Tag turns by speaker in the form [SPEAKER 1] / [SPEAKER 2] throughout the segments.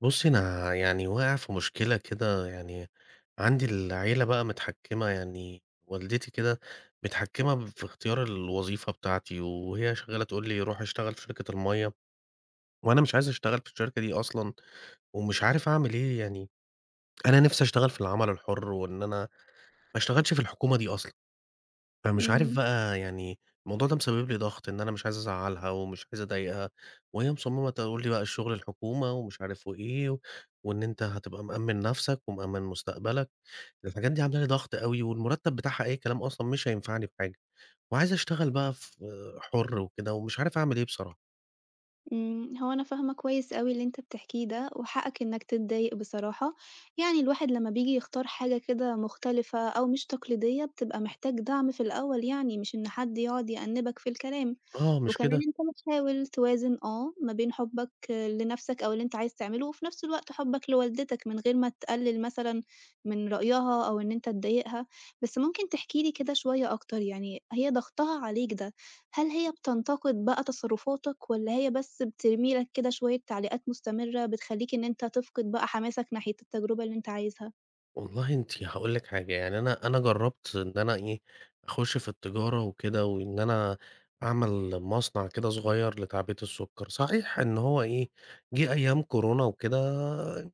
[SPEAKER 1] بُصّي، أنا يعني واقع في مشكلة كده، يعني عندي العيلة بقى متحكّمة يعني والدتي كده متحكّمة في اختيار الوظيفة بتاعتي، وهي شغّالة تقول لي روح اشتغل في شركة المَيّة، وأنا مش عايز أشتغل في الشركة دي أصلًا، ومش عارف أعمل إيه يعني. أنا نِفْسي أشتغل في العمل الحُر وإن أنا ما اشتغلش في الحكومة دي أصلًا. فمش عارف
[SPEAKER 2] إمم،
[SPEAKER 1] بقى يعني الموضوع ده مسبب لي ضغط إن أنا مش عايز أزعّلها ومش عايز أضايقها، وهي مصمّمة تقول لي بقى الشغل الحكومة ومش عارف وإيه، وإن أنت هتبقى مأمّن نَفْسك ومأمّن مستقبلك. الحاجات دي عاملة لي ضغط أوي والمُرتّب بتاعها أي كلام أصلًا مش هينفعني في حاجة، وعايز أشتغل بقى في حُر وكده ومش عارف أعمل إيه بصراحة.
[SPEAKER 2] إمم، هو أنا فاهمة كويس أوي اللي أنت بتحكيه ده، وحقك إنك تتضايق بصراحة، يعني الواحد لمّا بييجي يختار حاجة كده مختلفة أو مش تقليدية، بتبقى محتاج دعم في الأول يعني، مش إن حد يقعد يأنِّبك في الكلام.
[SPEAKER 1] آه، مش
[SPEAKER 2] وكمان
[SPEAKER 1] كده؟
[SPEAKER 2] أنت بتحاول توازن ما بين حُبّك لنَفْسك أو اللي أنت عايز تعمله، وفي نَفْس الوقت حُبّك لوالدتك من غير ما تقلِّل مثلًا من رأيها أو إن أنت تضايقها. بس ممكن تحكي لي كده شوية أكتر، يعني هي ضغطها عليك ده، هل هي بتنتقد بقى تصرُّفاتك والّا هي بس بترمي لك كده شوية تعليقات مستمرة بتخلّيك إن أنت تفقد بقى حماسك ناحية التجربة اللي أنت عايزها؟
[SPEAKER 1] والله أنتِ هاقول لِك حاجة، يعني أنا جرّبت إن أنا إيه، أخُش في التجارة وكده وإن أنا أعمل مصنع كده صغير لتعبئة السُكّر. صحيح إن هو إيه، جِه أيام كورونا وكده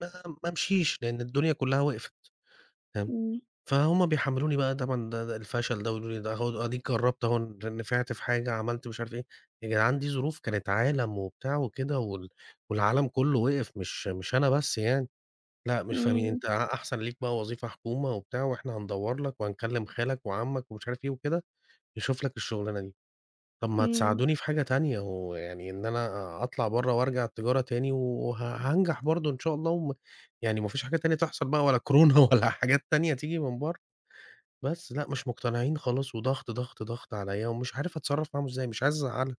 [SPEAKER 1] ما ما مشيش، لإن الدنيا كُلّها وقفت. تمام.
[SPEAKER 2] إمم،
[SPEAKER 1] فهُم بيحمّلوني بقى طبعًا ده الفشل ده ويقولوا لي ده أهو أديك جرّبت أهو نفعت في حاجة، عملت مش عارف إيه. يا جدعان دي ظروف كانت عالم وبتاع وكده والعالم كُلّه وقف، مش أنا بس يعني. لأ، مش فاهمين،
[SPEAKER 2] إمم،
[SPEAKER 1] أنت أحسن ليك بقى وظيفة حكومة وبتاع، وإحنا هندوّر لك وهنكلم خالك وعمك ومش عارف إيه وكده، يشوف لك الشغلانة دي. طب ما
[SPEAKER 2] إمم.
[SPEAKER 1] تساعدوني في حاجة تانية، ويعني إن أنا أطلع برّه وأرجع التجارة تاني هانجح برضه إن شاء الله يعني ما فيش حاجة تانية تحصل بقى ولا كورونا ولا حاجات تانية تيجي من برّه. بس لأ، مش مقتنعين خالص وضغط، ضغط، ضغط عليّا ومش عارف أتصرّف معاهم إزاي، مش عايز أزعّلها.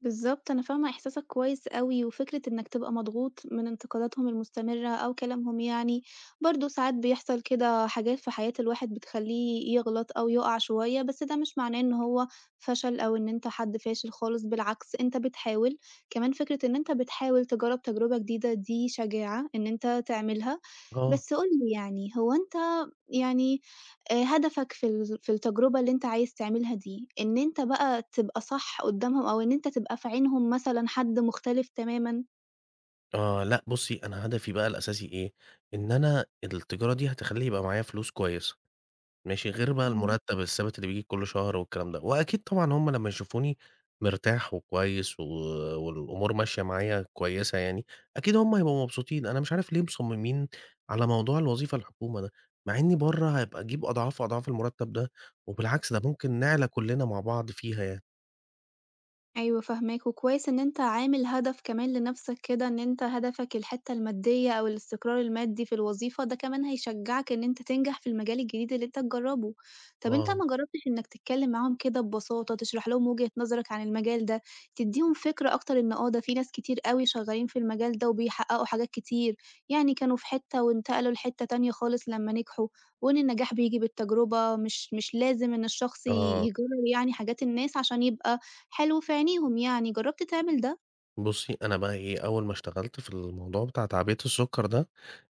[SPEAKER 2] بالضبط، أنا فاهمة إحساسك كويس أوي، وفكرة إنك تبقى مضغوط من انتقاداتهم المستمرة أو كلامهم يعني، برضه ساعات بيحصل كده حاجات في حياة الواحد بتخلّيه يغلط أو يُقع شوية، بس ده مش معناه إن هو فشل أو إن أنت حد فاشل خالص، بالعكس أنت بتحاول، كمان فكرة إن أنت بتحاول تجرّب تجربة جديدة دي شجاعة إن أنت تعملها،
[SPEAKER 1] آه،
[SPEAKER 2] بس قُل لي يعني هو أنت يعني هدفك في ال في التجربة اللي أنت عايز تعملها دي، إن أنت بقى تبقى صح قدّامهم أو إن أنت تبقى في عينهم مثلًا حد مختلف تمامًا؟
[SPEAKER 1] آه، لأ، بُصّي، أنا هدفي بقى الأساسي إيه، إن أنا التجارة دي هتخلّي يبقى معايا فلوس كويسة. ماشي، غير بقى المرتّب الثابت اللي بييجي كل شهر والكلام ده، وأكيد طبعًا هُم لمّا يشوفوني مرتاح وكويس و والأمور ماشية معايا كويسة يعني، أكيد هُم هيبقوا مبسوطين. أنا مش عارف ليه مصممين على موضوع الوظيفة الحكومة ده، مع إني برّه هابقى أجيب أضعاف أضعاف المرتّب ده، وبالعكس ده ممكن نعلى كلّنا مع بعض فيها يعني.
[SPEAKER 2] أيوه فاهماك، وكويس إن أنت عامل هدف كمان لنَفْسك كده، إن أنت هدفك الحتّة المادية أو الاستقرار المادي في الوظيفة، ده كمان هيشجّعك إن أنت تنجح في المجال الجديد اللي أنت تجرّبه. طَب أنت
[SPEAKER 1] آه،
[SPEAKER 2] ما جرّبتش إنّك تتكلّم معاهم كده ببساطة، تشرح لهم وجهة نظرك عن المجال ده، تدّيهم فكرة أكتر إن ده في ناس كتير أوي شغّالين في المجال ده وبيحققوا حاجات كتير، يعني كانوا في حتّة وانتقلوا لحتّة تانية خالص لمّا نجحوا، وإن النجاح بييجي بالتجربة، مش لازم إن الشخص
[SPEAKER 1] آه.
[SPEAKER 2] يجرّب يعني حاجات الناس عشان يبقى حلو في عينيهم يعني، جرّبت تعمل ده؟
[SPEAKER 1] بُصّي، أنا بقى إيه، أول ما اشتغلت في الموضوع بتاع تعبئة السُكّر ده،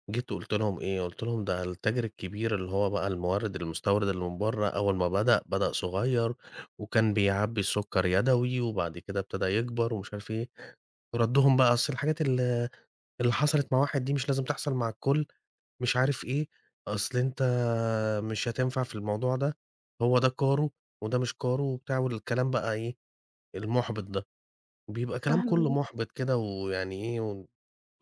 [SPEAKER 1] جيت وقُلت لهم إيه، قُلت لهم ده التاجر الكبير اللي هو بقى المورد المستورد اللي من برّه أول ما بدأ، بدأ صغير وكان بيعبّي السُكّر يدوي وبعد كده ابتدى يكبر ومش عارف إيه. ردّهم بقى أصل الحاجات اللي حصلت مع واحد دي مش لازم تحصل مع الكل، مش عارف إيه، أصل أنت مش هتنفع في الموضوع ده، هو ده كارُه وده مش كارُه وبتاع والكلام بقى إيه، المُحبِط ده. بيبقى كلام كلّه
[SPEAKER 2] فاهماك،
[SPEAKER 1] محبط كده ويعني إيه، و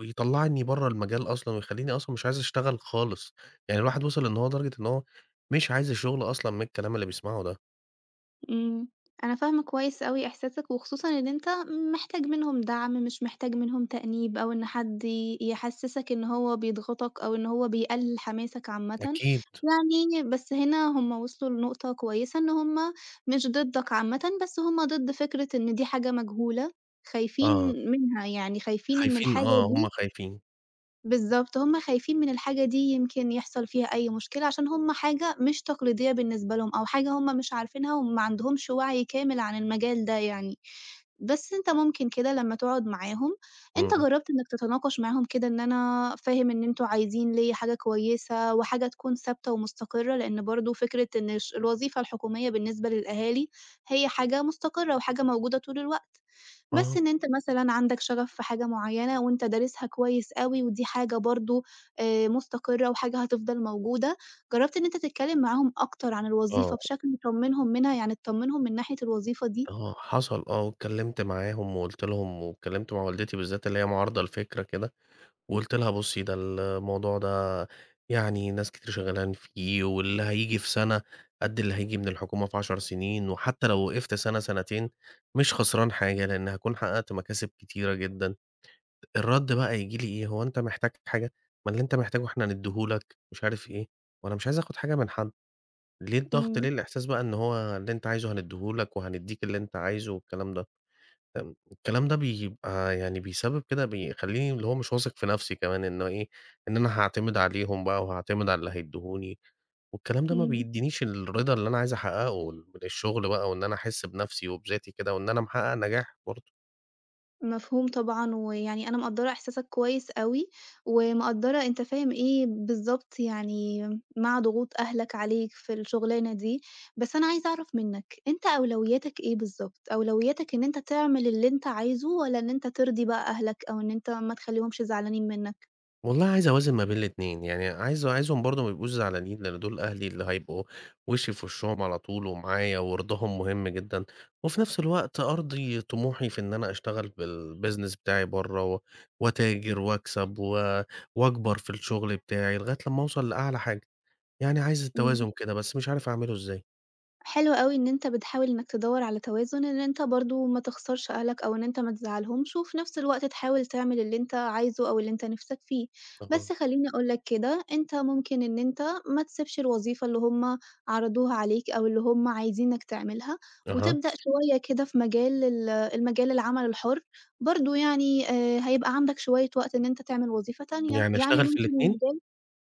[SPEAKER 1] ويطلّعني برّه المجال أصلًا ويخلّيني أصلًا مش عايز أشتغل خالص، يعني الواحد وصل إن هو لدرجة إن هو مش عايز الشغل أصلًا من الكلام اللي بيسمعه ده.
[SPEAKER 2] إمم. أنا فاهمة كويس أوي إحساسك، وخصوصًا إن أنت محتاج منهم دعم، مش محتاج منهم تأنيب أو إن حد يحسّسك إن هو بيضغطك أو إن هو بيقلل حماسك عامةً،
[SPEAKER 1] أكيد،
[SPEAKER 2] يعني بس هنا هم وصلوا لنقطة كويسة إن هم مش ضدك عامةً، بس هم ضد فكرة إن دي حاجة مجهولة، خايفين
[SPEAKER 1] آه،
[SPEAKER 2] منها، يعني خايفين إن
[SPEAKER 1] خايفين
[SPEAKER 2] الحاجة
[SPEAKER 1] آه،
[SPEAKER 2] دي
[SPEAKER 1] هم خايفين،
[SPEAKER 2] بالضبط، هُم خايفين من الحاجة دي يمكن يحصل فيها أي مشكلة، عشان هُم حاجة مش تقليدية بالنسبة لهم، أو حاجة هُم مش عارفينها وما عندهمش وعي كامل عن المجال ده يعني. بس أنت ممكن كده لمّا تقعد معاهم، أنت
[SPEAKER 1] إمم،
[SPEAKER 2] جرّبت إنك تتناقش معاهم كده إن أنا فاهم إن أنتم عايزين ليّا حاجة كويسة وحاجة تكون ثابتة ومستقرة، لإن برضه فكرة إن الوظيفة الحكومية بالنسبة للأهالي هي حاجة مستقرة وحاجة موجودة طول الوقت. بس
[SPEAKER 1] آه،
[SPEAKER 2] إن أنت مثلًا عندك شغف في حاجة معيّنة وأنت دارسها كويس أوي ودي حاجة برضه مستقرة وحاجة هتفضل موجودة، جرّبت إن أنت تتكلّم معاهم أكتر عن الوظيفة
[SPEAKER 1] آه،
[SPEAKER 2] بشكل تطمّنهم منها، يعني تطمّنهم من ناحية الوظيفة دي؟
[SPEAKER 1] آه، حصل آه، واتكلّمت معاهم وقُلت لهم واتكلّمت مع والدتي بالذات اللي هي معارضة الفكرة كده. وقُلت لها بُصّي ده الموضوع ده يعني ناس كتير شغّالين فيه، واللي هييجي في سَنة قد اللي هييجي من الحكومة في 10 سنين، وحتى لو وقفت سَنة، سَنتين مش خسران حاجة، لإن هاكون حققت مكاسب كتيرة جدًا. الرَد بقى ييجي لي إيه، هو أنت محتاج حاجة؟ ما اللي أنت محتاجه إحنا هندّيه لك، مش عارف إيه. وأنا مش عايز آخُد حاجة من حد، ليه الضغط،
[SPEAKER 2] إمم،
[SPEAKER 1] ليه الإحساس بقى إن هو اللي أنت عايزه هندّيه لك وهندّيك اللي أنت عايزه والكلام ده؟ الكلام ده بيبقى يعني بيسبب كده بيخلّيني اللي هو مش واثق في نفسي كمان إنه إيه، إن أنا هاعتمد عليهم بقى وهاعتمد على اللي هيدّهوني، والكلام ده ما
[SPEAKER 2] إمم.
[SPEAKER 1] بيدّينيش الرضا اللي أنا عايز أحققه من الشغل بقى وإن أنا أحس بنفسي وبذاتي كده وإن أنا محقق نجاح برضه.
[SPEAKER 2] مفهوم طبعًا، ويعني أنا مقدّرة إحساسك كويس أوي، ومقدّرة أنت فاهم إيه بالضبط يعني مع ضغوط أهلك عليك في الشغلانة دي، بس أنا عايزة أعرف منّك أنت أولوياتك إيه بالضبط؟ أولوياتك إن أنت تعمل اللي أنت عايزه والّا إن أنت ترضي بقى أهلك أو إن أنت ما تخلّيهمش زعلانين منّك؟
[SPEAKER 1] والله عايز أوازن ما بين الاتنين، يعني عايزهم برضه ما يبقوش زعلانين، لأن دول أهلي اللي هيبقوا وشي في وشهم على طول ومعايا ورضاهم مهم جدًا، وفي نفس الوقت أرضي طموحي في إن أنا أشتغل بالbusiness بتاعي برّه و وأتاجر وأكسب و وأكبر في الشغل بتاعي لغاية لمّا أوصل لأعلى حاجة، يعني عايز التوازن كده بس مش عارف أعمله إزاي.
[SPEAKER 2] حلو أوي إن أنت بتحاول إنك تدوّر على توازن، إن أنت برضه ما تخسرش أهلك أو إن أنت ما تزعّلهمش، وفي نفس الوقت تحاول تعمل اللي أنت عايزه أو اللي أنت نِفْسك فيه.
[SPEAKER 1] أها.
[SPEAKER 2] بس خلّيني أقول لك كده، أنت ممكن إن أنت ما تسيبش الوظيفة اللي هم عرضوها عليك أو اللي هم عايزينك تعملها،
[SPEAKER 1] أها،
[SPEAKER 2] وتبدأ شوية كده في مجال المجال العمل الحُر، برضه يعني هيبقى عندك شوية وقت إن أنت تعمل وظيفة تانية،
[SPEAKER 1] يعني
[SPEAKER 2] يعني
[SPEAKER 1] أشتغل في
[SPEAKER 2] ممكن
[SPEAKER 1] الاتنين؟
[SPEAKER 2] المجال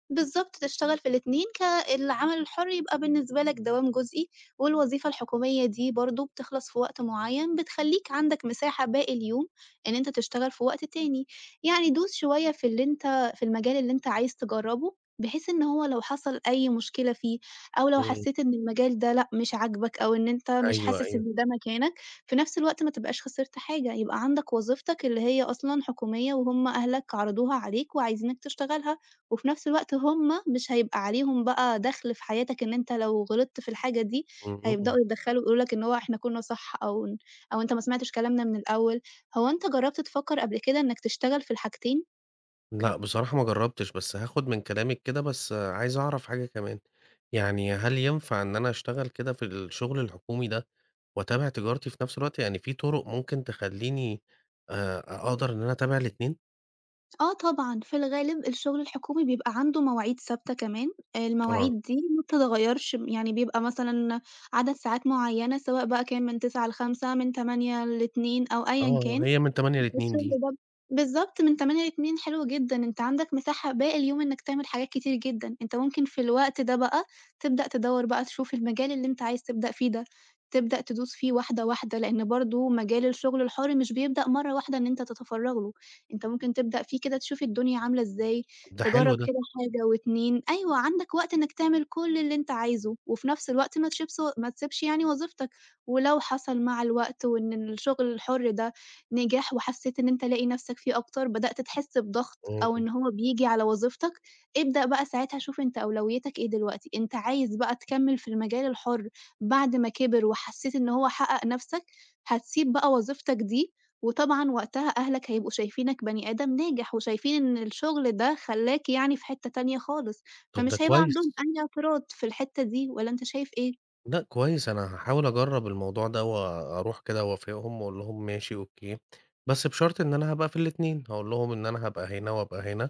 [SPEAKER 2] بالضبط، تشتغل في الاتنين ك العمل الحُر يبقى بالنسبة لك دوام جزئي، والوظيفة الحكومية دي برضه بتخلص في وقت معيّن، بتخلّيك عندك مساحة باقي اليوم إن أنت تشتغل في وقت تاني، يعني دوس شوية في اللي أنت في المجال اللي أنت عايز تجرّبه، بحيث إن هو لو حصل أي مشكلة فيه، أو لو
[SPEAKER 1] إمم،
[SPEAKER 2] حسّيت إن المجال ده لأ، مش عاجبك أو إن أنت مش
[SPEAKER 1] أيوه،
[SPEAKER 2] حاسس
[SPEAKER 1] أيوه،
[SPEAKER 2] إن ده مكانك، في نفس الوقت ما تبقاش خسرت حاجة، يبقى عندك وظيفتك اللي هي أصلًا حكومية وهُم أهلك عرضوها عليك وعايزينك تشتغلها. وفي نفس الوقت هم مش هيبقى عليهم بقى دَخْل في حياتك إن أنت لو غلطت في الحاجة دي، هيبدأوا
[SPEAKER 1] اهم.
[SPEAKER 2] يتدخّلوا ويقولوا لك إن هو إحنا كُنّا صح أو أنت ما سمعتش كلامنا من الأول. هو أنت جرّبت تفكّر قبل كده إنّك تشتغل في الحاجتين؟
[SPEAKER 1] لأ، بصراحة ما جرّبتش، بس هاخُد من كلامِك كده بس عايز أعرف حاجة كمان، يعني هل ينفع إن أنا أشتغل كده في الشغل الحكومي ده وأتابع تجارتي في نفس الوقت؟ يعني في طُرق ممكن تخلّيني آآ أقدر إن أنا أتابع الاتنين؟
[SPEAKER 2] آه طبعًا، في الغالب الشغل الحكومي بيبقى عنده مواعيد ثابتة كمان،
[SPEAKER 1] آه،
[SPEAKER 2] المواعيد دي ما بتتغيّرش، يعني بيبقى مثلًا عدد ساعات معيّنة سواء بقى كان من 09:00 ل17:00، من 08:00 ل14:00 أو أيًا
[SPEAKER 1] آه،
[SPEAKER 2] كان.
[SPEAKER 1] هي من 08:00 ل14:00
[SPEAKER 2] الشغل
[SPEAKER 1] دي،
[SPEAKER 2] ده بالضبط من 08:00 ل14:00 حلو جدًا، أنت عندك مساحة باقي اليوم إنك تعمل حاجات كتير جدًا، أنت ممكن في الوقت ده بقى تبدأ تدوّر بقى تشوف المجال اللي أنت عايز تبدأ فيه ده، تبدأ تدوس فيه واحدة، واحدة، لإن برضه مجال الشغل الحُر مش بيبدأ مرّة واحدة إن أنت تتفرّغ له، أنت ممكن تبدأ فيه كده تشوف الدنيا عاملة إزاي،
[SPEAKER 1] ده
[SPEAKER 2] تجرّب
[SPEAKER 1] حلو ده،
[SPEAKER 2] كده حاجة و2 أيوه، عندك وقت إنك تعمل كل اللي أنت عايزه، وفي نفس الوقت ما تسيبش يعني وظيفتك، ولو حصل مع الوقت وإن الشغل الحُر ده نجاح وحسيت إن أنت لاقي نفسك فيه أكتر، بدأت تحس بضغط أو
[SPEAKER 1] إمم،
[SPEAKER 2] إن هو بييجي على وظيفتك، ابدأ بقى ساعتها شوف أنت أولويتك إيه دلوقتي، أنت عايز بقى تكمّل في المجال الحُر بعد ما كبر وحسيت إن هو حقق نفسك، هتسيب بقى وظيفتك دي، وطبعًا وقتها أهلك هيبقوا شايفينك بني آدم ناجح وشايفين إن الشغل ده خلّاك يعني في حتّة تانية خالص،
[SPEAKER 1] طَب ده
[SPEAKER 2] فمش هيبقى
[SPEAKER 1] كويس.
[SPEAKER 2] عندهم أي اعتراض في الحتّة دي والّا أنت شايف إيه؟
[SPEAKER 1] لأ كويس، أنا هاحاول أجرّب الموضوع ده وأروح كده أوافقهم وأقول لهم ماشي أوكي، بس بشرط إن أنا هابقى في الاتنين، هاقول لهم إن أنا هابقى هنا وأبقى هنا.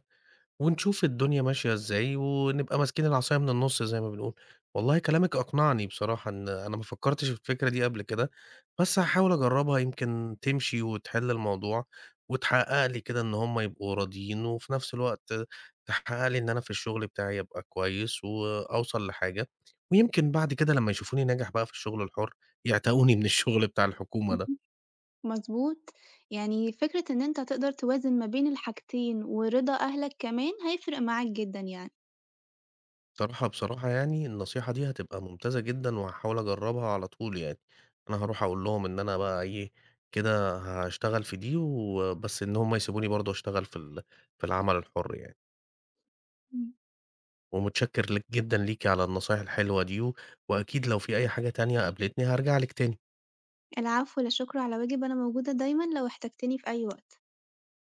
[SPEAKER 1] ونشوف الدنيا ماشية إزاي، ونبقى ماسكين العصاية من النُص زي ما بنقول. والله كلامِك أقنعني بصراحة إن أنا ما فكّرتش في الفكرة دي قبل كده، بس هاحاول أجرّبها يمكن تمشي وتحِل الموضوع، وتحقق لي كده إن هم يبقوا راضيين، وفي نفس الوقت تحقق لي إن أنا في الشغل بتاعي أبقى كويس، وأوصل لحاجة، ويمكن بعد كده لمّا يشوفوني ناجح بقى في الشغل الحُر، يعتقوني من الشغل بتاع الحكومة ده.
[SPEAKER 2] اهم. مضبوط، يعني فكرة إن أنت تقدر توازن ما بين الحاجتين ورضا أهلك كمان هيفرق معاك جدًا يعني.
[SPEAKER 1] بصراحة، بصراحة يعني النصيحة دي هتبقى ممتازة جدًا، وهاحاول أجرّبها على طول يعني، أنا هاروح أقول لهم إن أنا بقى إيه، كده هاشتغل في دي وبس إن هُم يسيبوني برضه أشتغل في العمل الحُر يعني،
[SPEAKER 2] إمم.
[SPEAKER 1] ومتشكر ليك جدًا ليكِ على النصايح الحلوة دي، و وأكيد لو في أي حاجة تانية قابلتني هارجع لِك تاني.
[SPEAKER 2] العفو، لا شكر على واجب، أنا موجودة دايمًا لو احتجتني في أي وقت.